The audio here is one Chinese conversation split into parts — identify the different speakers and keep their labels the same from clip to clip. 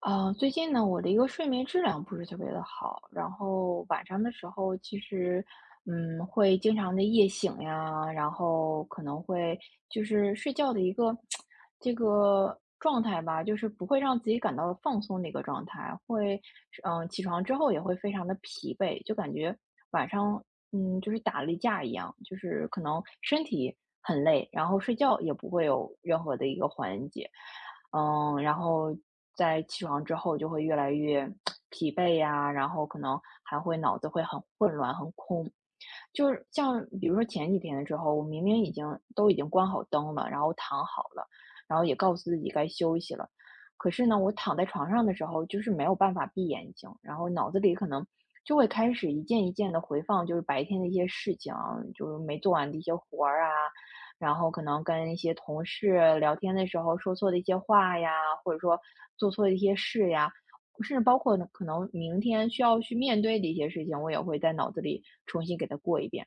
Speaker 1: 最近呢，我的一个睡眠质量不是特别的好，然后晚上的时候其实，会经常的夜醒呀，然后可能会就是睡觉的一个这个状态吧，就是不会让自己感到放松的一个状态，会，起床之后也会非常的疲惫，就感觉晚上就是打了一架一样，就是可能身体很累，然后睡觉也不会有任何的一个缓解，然后在起床之后就会越来越疲惫呀，然后可能还会脑子会很混乱、很空，就是像比如说前几天的时候，我明明已经都已经关好灯了，然后躺好了，然后也告诉自己该休息了，可是呢，我躺在床上的时候就是没有办法闭眼睛，然后脑子里可能就会开始一件一件的回放，就是白天的一些事情啊，就是没做完的一些活儿啊，然后可能跟一些同事聊天的时候说错的一些话呀，或者说做错的一些事呀，甚至包括呢可能明天需要去面对的一些事情，我也会在脑子里重新给它过一遍。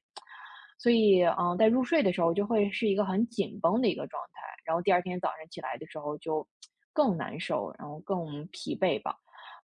Speaker 1: 所以，在入睡的时候就会是一个很紧绷的一个状态，然后第二天早上起来的时候就更难受，然后更疲惫吧。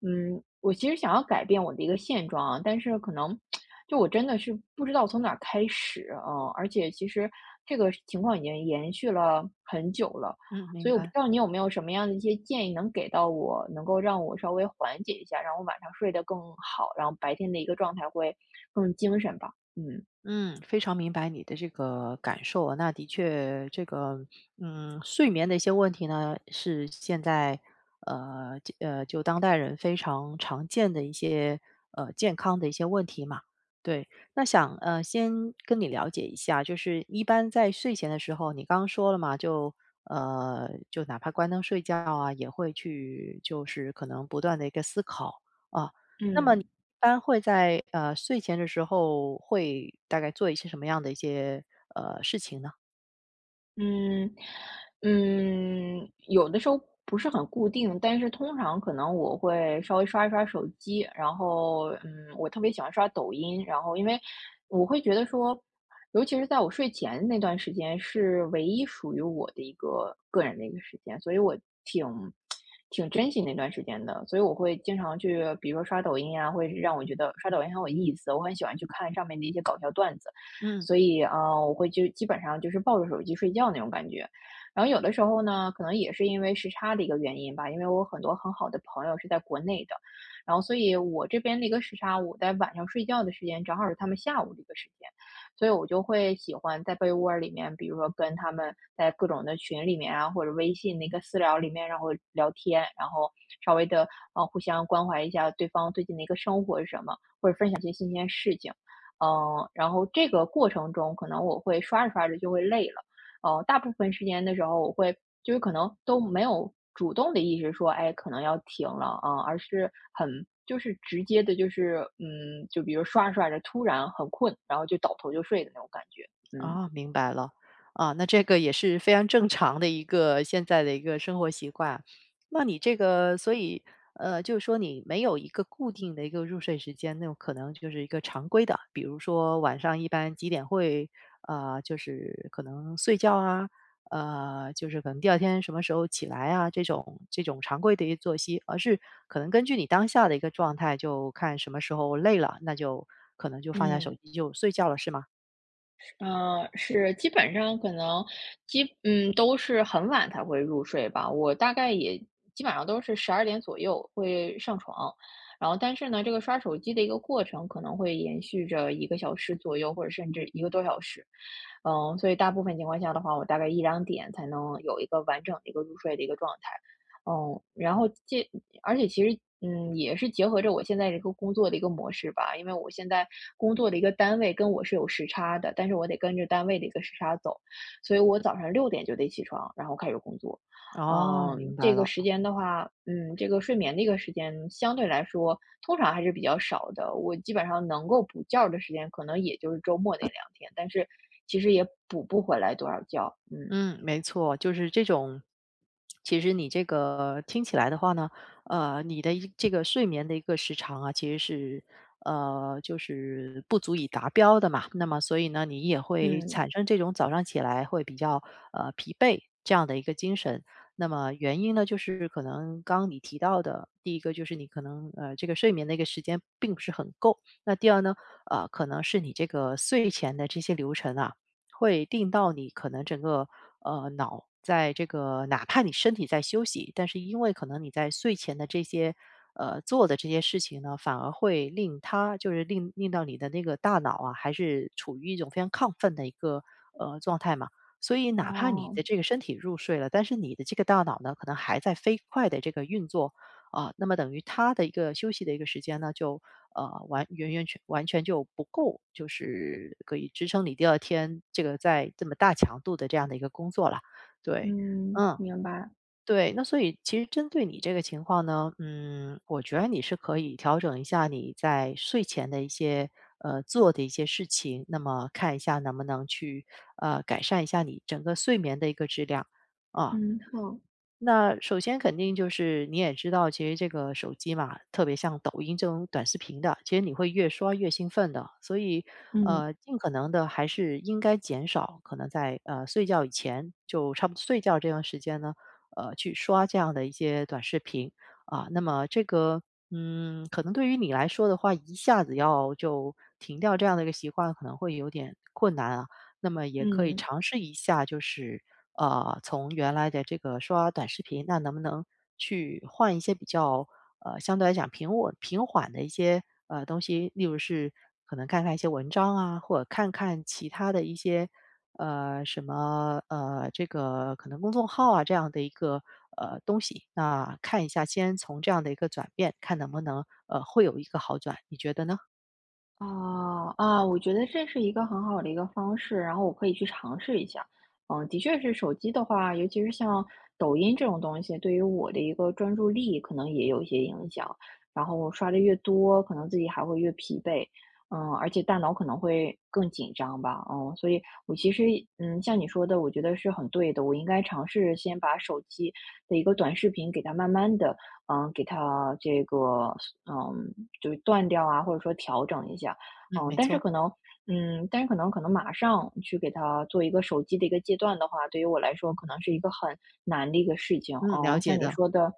Speaker 1: 我其实想要改变我的一个现状啊，但是可能就我真的是不知道从哪儿开始而且其实这个情况已经延续了很久了，
Speaker 2: 嗯，
Speaker 1: 所
Speaker 2: 明
Speaker 1: 以我不知
Speaker 2: 白。
Speaker 1: 道你有没有什么样的一些建议能给到我，能够让我稍微缓解一下，让我晚上睡得更好，然后白天的一个状态会更精神吧。嗯。
Speaker 2: 嗯，非常明白你的这个感受啊，那的确，这个睡眠的一些问题呢，是现在呃这呃，就当代人非常常见的一些健康的一些问题嘛。对，那想先跟你了解一下，就是一般在睡前的时候，你刚刚说了嘛，就就哪怕关灯睡觉啊，也会去就是可能不断的一个思考。啊。
Speaker 1: 嗯，
Speaker 2: 当然会在，睡前的时候会大概做一些什么样的一些，事情呢？
Speaker 1: 嗯，有的时候不是很固定，但是通常可能我会稍微刷一刷手机，然后，我特别喜欢刷抖音，然后因为我会觉得说，尤其是在我睡前那段时间是唯一属于我的一个个人的一个时间，所以我挺挺珍惜那段时间的，所以我会经常去，比如说刷抖音啊，会让我觉得刷抖音很有意思，我很喜欢去看上面的一些搞笑段子。
Speaker 2: 嗯。
Speaker 1: 所以，我会就基本上就是抱着手机睡觉那种感觉。然后有的时候呢，可能也是因为时差的一个原因吧，因为我有很多很好的朋友是在国内的，然后所以我这边的一个时差，我在晚上睡觉的时间正好是他们下午的一个时间，所以我就会喜欢在被窝儿里面，比如说跟他们在各种的群里面啊，或者微信那个私聊里面，然后聊天，然后稍微的互相关怀一下对方最近的一个生活是什么，或者分享一些新鲜事情。然后这个过程中，可能我会刷着刷着就会累了。大部分时间的时候，我会就是可能都没有主动的意识说，哎，可能要停了啊，而是就是直接的，就是就比如刷着刷着，突然很困，然后就倒头就睡的那种感觉。嗯
Speaker 2: 哦，明白了。啊，那这个也是非常正常的一个现在的一个生活习惯。那你这个所以，就是说你没有一个固定的一个入睡时间，那种可能就是一个常规的，比如说晚上一般几点会，就是可能睡觉啊，就是可能第二天什么时候起来啊，这种常规的一个作息，而是可能根据你当下的一个状态，就看什么时候累了，那就可能就放下手
Speaker 1: 嗯。
Speaker 2: 机就睡觉了，是吗？
Speaker 1: 嗯，是，基本上可能都是很晚才会入睡吧，我大概也基本上都是12点左右会上床。然后但是呢，这个刷手机的一个过程可能会延续着一个小时左右，或者甚至一个多小时。所以大部分情况下的话，我大概1、2点才能有一个完整的一个入睡的一个状态。嗯，然后这而且其实，也是结合着我现在这个工作的一个模式吧，因为我现在工作的一个单位跟我是有时差的，但是我得跟着单位的一个时差走，所以我早上6点就得起床，然后开始工作。
Speaker 2: 哦，明白
Speaker 1: 这个
Speaker 2: 了。
Speaker 1: 时间的话，这个睡眠的一个时间相对来说，通常还是比较少的。我基本上能够补觉儿的时间，可能也就是周末那2天，但是其实也补不回来多少觉。嗯
Speaker 2: 嗯，没错，就是这种。其实你这个听起来的话呢，呃，你的这个睡眠的一个时长啊，其实是就是不足以达标的嘛。那么所以呢，你也会
Speaker 1: 嗯。
Speaker 2: 产生这种早上起来会比较疲惫这样的一个精神。那么原因呢，就是可能刚刚你提到的，第一个就是你可能这个睡眠的一个时间并不是很够。那第二呢，可能是你这个睡前的这些流程啊，会定到你可能整个脑在这个哪怕你身体在休息，但是因为可能你在睡前的这些做的这些事情呢，反而会令他就是令到你的那个大脑啊，还是处于一种非常亢奋的一个状态嘛。所以哪怕你
Speaker 1: 哦，
Speaker 2: 的这个身体入睡了，但是你的这个大脑呢，可能还在飞快的这个运作啊。那么等于它的一个休息的一个时间呢，就完全就不够，就是可以支撑你第二天这个在这么大强度的这样的一个工作了。对。
Speaker 1: 嗯，
Speaker 2: 嗯。
Speaker 1: 明白。
Speaker 2: 对，那所以其实针对你这个情况呢，嗯，我觉得你是可以调整一下你在睡前的一些做的一些事情，那么看一下能不能去改善一下你整个睡眠的一个质量啊。
Speaker 1: 嗯，好，
Speaker 2: 那首先肯定就是你也知道，其实这个手机嘛，特别像抖音这种短视频的，其实你会越刷越兴奋的。所以，
Speaker 1: 嗯
Speaker 2: 尽可能的还是应该减少，可能在睡觉以前，就差不多睡觉这段时间呢，去刷这样的一些短视频啊。那么这个，嗯，可能对于你来说的话，一下子要就停掉这样的一个习惯，可能会有点困难啊。那么也可以
Speaker 1: 嗯，
Speaker 2: 尝试一下，就是从原来的这个刷短视频，那能不能去换一些比较相对来讲平稳平缓的一些东西，例如是可能看看一些文章啊，或者看看其他的一些呃什么呃这个可能公众号啊这样的一个东西，那看一下，先从这样的一个转变，看能不能会有一个好转，你觉得呢？
Speaker 1: 啊啊，我觉得这是一个很好的一个方式，然后我可以去尝试一下。的确是手机的话，尤其是像抖音这种东西，对于我的一个专注力可能也有一些影响。然后刷的越多，可能自己还会越疲惫，而且大脑可能会更紧张吧，所以我其实，像你说的，我觉得是很对的，我应该尝试先把手机的一个短视频给它慢慢的。给它这个嗯，就是断掉啊，或者说调整一下。
Speaker 2: 嗯，
Speaker 1: 嗯，
Speaker 2: 没
Speaker 1: 但是
Speaker 2: 错。
Speaker 1: 可能但是可能马上去给它做一个手机的一个戒断的话，对于我来说可能是一个很难的一个事情。
Speaker 2: 嗯，了解的。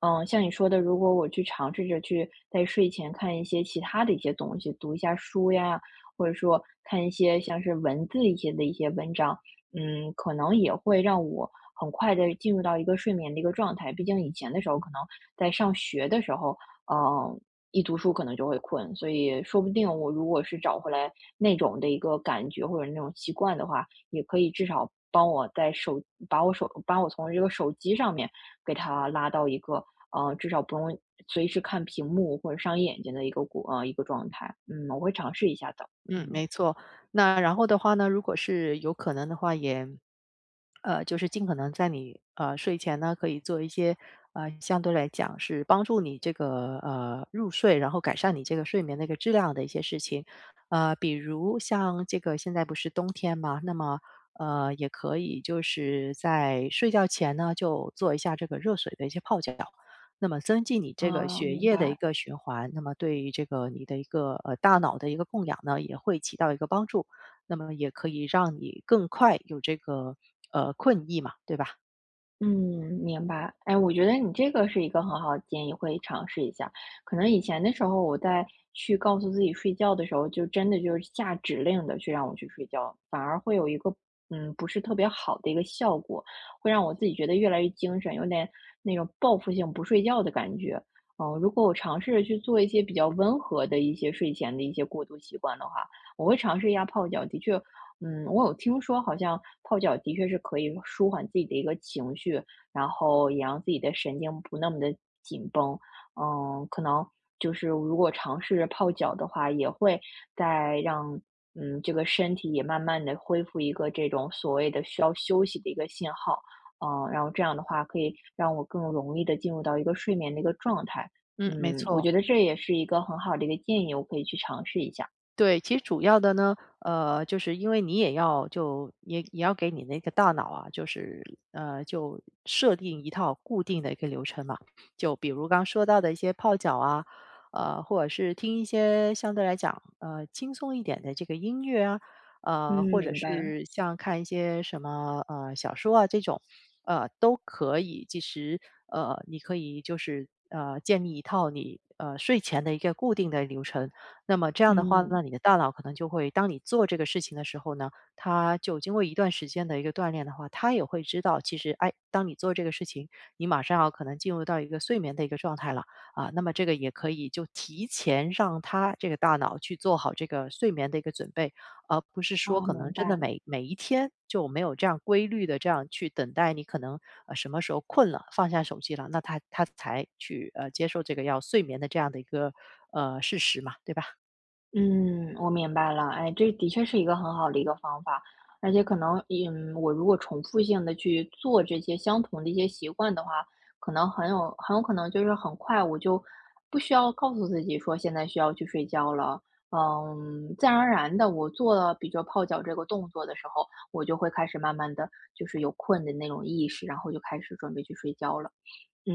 Speaker 1: 嗯，像你说的，如果我去尝试着去在睡前看一些其他的一些东西，读一下书呀，或者说看一些像是文字一些的一些文章，可能也会让我很快的进入到一个睡眠的一个状态。毕竟以前的时候可能在上学的时候，嗯，一读书可能就会困，所以说不定我如果是找回来那种的一个感觉或者那种习惯的话，也可以至少帮我在手把我手把我从这个手机上面给它拉到一个，至少不用随时看屏幕或者伤眼睛的一个一个状态。嗯，我会尝试一下的。
Speaker 2: 嗯，
Speaker 1: 嗯。
Speaker 2: 没错。那然后的话呢，如果是有可能的话，也就是尽可能在你睡前呢，可以做一些相对来讲是帮助你这个入睡，然后改善你这个睡眠的一个质量的一些事情。比如像这个现在不是冬天嘛，那么也可以就是在睡觉前呢就做一下这个热水的一些泡脚。那么增进你这个
Speaker 1: 啊，
Speaker 2: 血
Speaker 1: 明
Speaker 2: 液的一
Speaker 1: 白。
Speaker 2: 个循环，那么对于这个你的一个大脑的一个供氧呢，也会起到一个帮助。那么也可以让你更快有这个，困意嘛，对吧？
Speaker 1: 嗯，明白。哎，我觉得你这个是一个很好的建议，会尝试一下。可能以前的时候，我在去告诉自己睡觉的时候，就真的就是下指令的去让我去睡觉，反而会有一个不是特别好的一个效果，会让我自己觉得越来越精神，有点那种报复性不睡觉的感觉。如果我尝试着去做一些比较温和的一些睡前的一些过渡习惯的话，我会尝试一下泡脚，的确我有听说，好像泡脚的确是可以舒缓自己的一个情绪，然后也让自己的神经不那么的紧绷。可能就是如果尝试着泡脚的话，也会再让这个身体也慢慢的恢复一个这种所谓的需要休息的一个信号。然后这样的话可以让我更容易的进入到一个睡眠的一个状态。
Speaker 2: 嗯，没
Speaker 1: 我
Speaker 2: 错。
Speaker 1: 觉得这也是一个很好的一个建议，我可以去尝试一下。
Speaker 2: 对，其实主要的呢，就是因为你也要给你那个大脑啊，就是呃，就设定一套固定的一个流程嘛。就比如刚说到的一些泡脚啊，或者是听一些相对来讲轻松一点的这个音乐啊，
Speaker 1: 嗯，
Speaker 2: 或者
Speaker 1: 明白。
Speaker 2: 是像看一些什么小说啊这种，都可以。其实你可以就是建立一套你睡前的一个固定的流程。那么这样的话
Speaker 1: 嗯。
Speaker 2: 呢，你的大脑可能就会，当你做这个事情的时候呢，它就经过一段时间的一个锻炼的话，它也会知道，其实哎，当你做这个事情，你马上要可能进入到一个睡眠的一个状态了啊。那么这个也可以就提前让他这个大脑去做好这个睡眠的一个准备，而不是说
Speaker 1: 哦，
Speaker 2: 可能
Speaker 1: 明
Speaker 2: 真的
Speaker 1: 白。
Speaker 2: 每一天就没有这样规律的这样去等待你可能什么时候困了放下手机了，那他才去接受这个要睡眠的这样的一个事实嘛，对吧？
Speaker 1: 嗯，我明白了。哎，这的确是一个很好的一个方法，而且可能，我如果重复性的去做这些相同的一些习惯的话，可能很有可能就是很快我就不需要告诉自己说现在需要去睡觉了。自然而然的，我做了比如说泡脚这个动作的时候，我就会开始慢慢的就是有困的那种意识，然后就开始准备去睡觉了。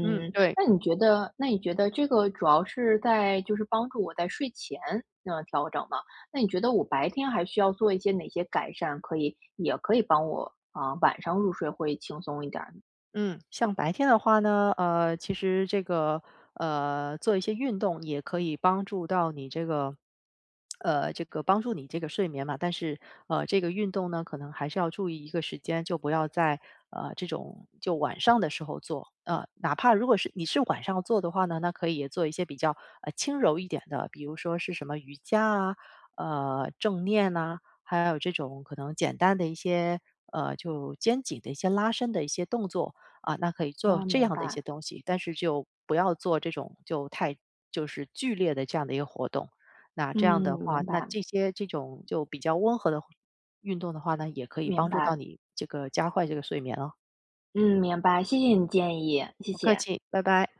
Speaker 2: 嗯，对。
Speaker 1: 那你觉得那你觉得这个主要是在就是帮助我在睡前，调整吗？那你觉得我白天还需要做一些哪些改善，也可以帮我，啊，晚上入睡会轻松一点儿呢？
Speaker 2: 嗯，像白天的话呢，其实这个做一些运动也可以帮助到你这个帮助你这个睡眠嘛。但是这个运动呢，可能还是要注意一个时间，就不要在这种就晚上的时候做。哪怕如果是你是晚上做的话呢，那可以也做一些比较轻柔一点的，比如说是什么瑜伽啊，正念呐、还有这种可能简单的一些就肩颈的一些拉伸的一些动作。啊，那可以做
Speaker 1: 啊，
Speaker 2: 这
Speaker 1: 明
Speaker 2: 样的一
Speaker 1: 白。
Speaker 2: 些东西，但是就不要做这种就太剧烈的这样的一个活动。那
Speaker 1: 嗯，
Speaker 2: 这样的话，
Speaker 1: 明
Speaker 2: 那
Speaker 1: 白。
Speaker 2: 这些这种就比较温和的运动的话呢，也可以
Speaker 1: 明
Speaker 2: 帮助到
Speaker 1: 白。
Speaker 2: 你这个加快这个睡眠哦。
Speaker 1: 嗯，明白，谢谢你建议，谢
Speaker 2: 不客
Speaker 1: 谢。
Speaker 2: 气，拜拜。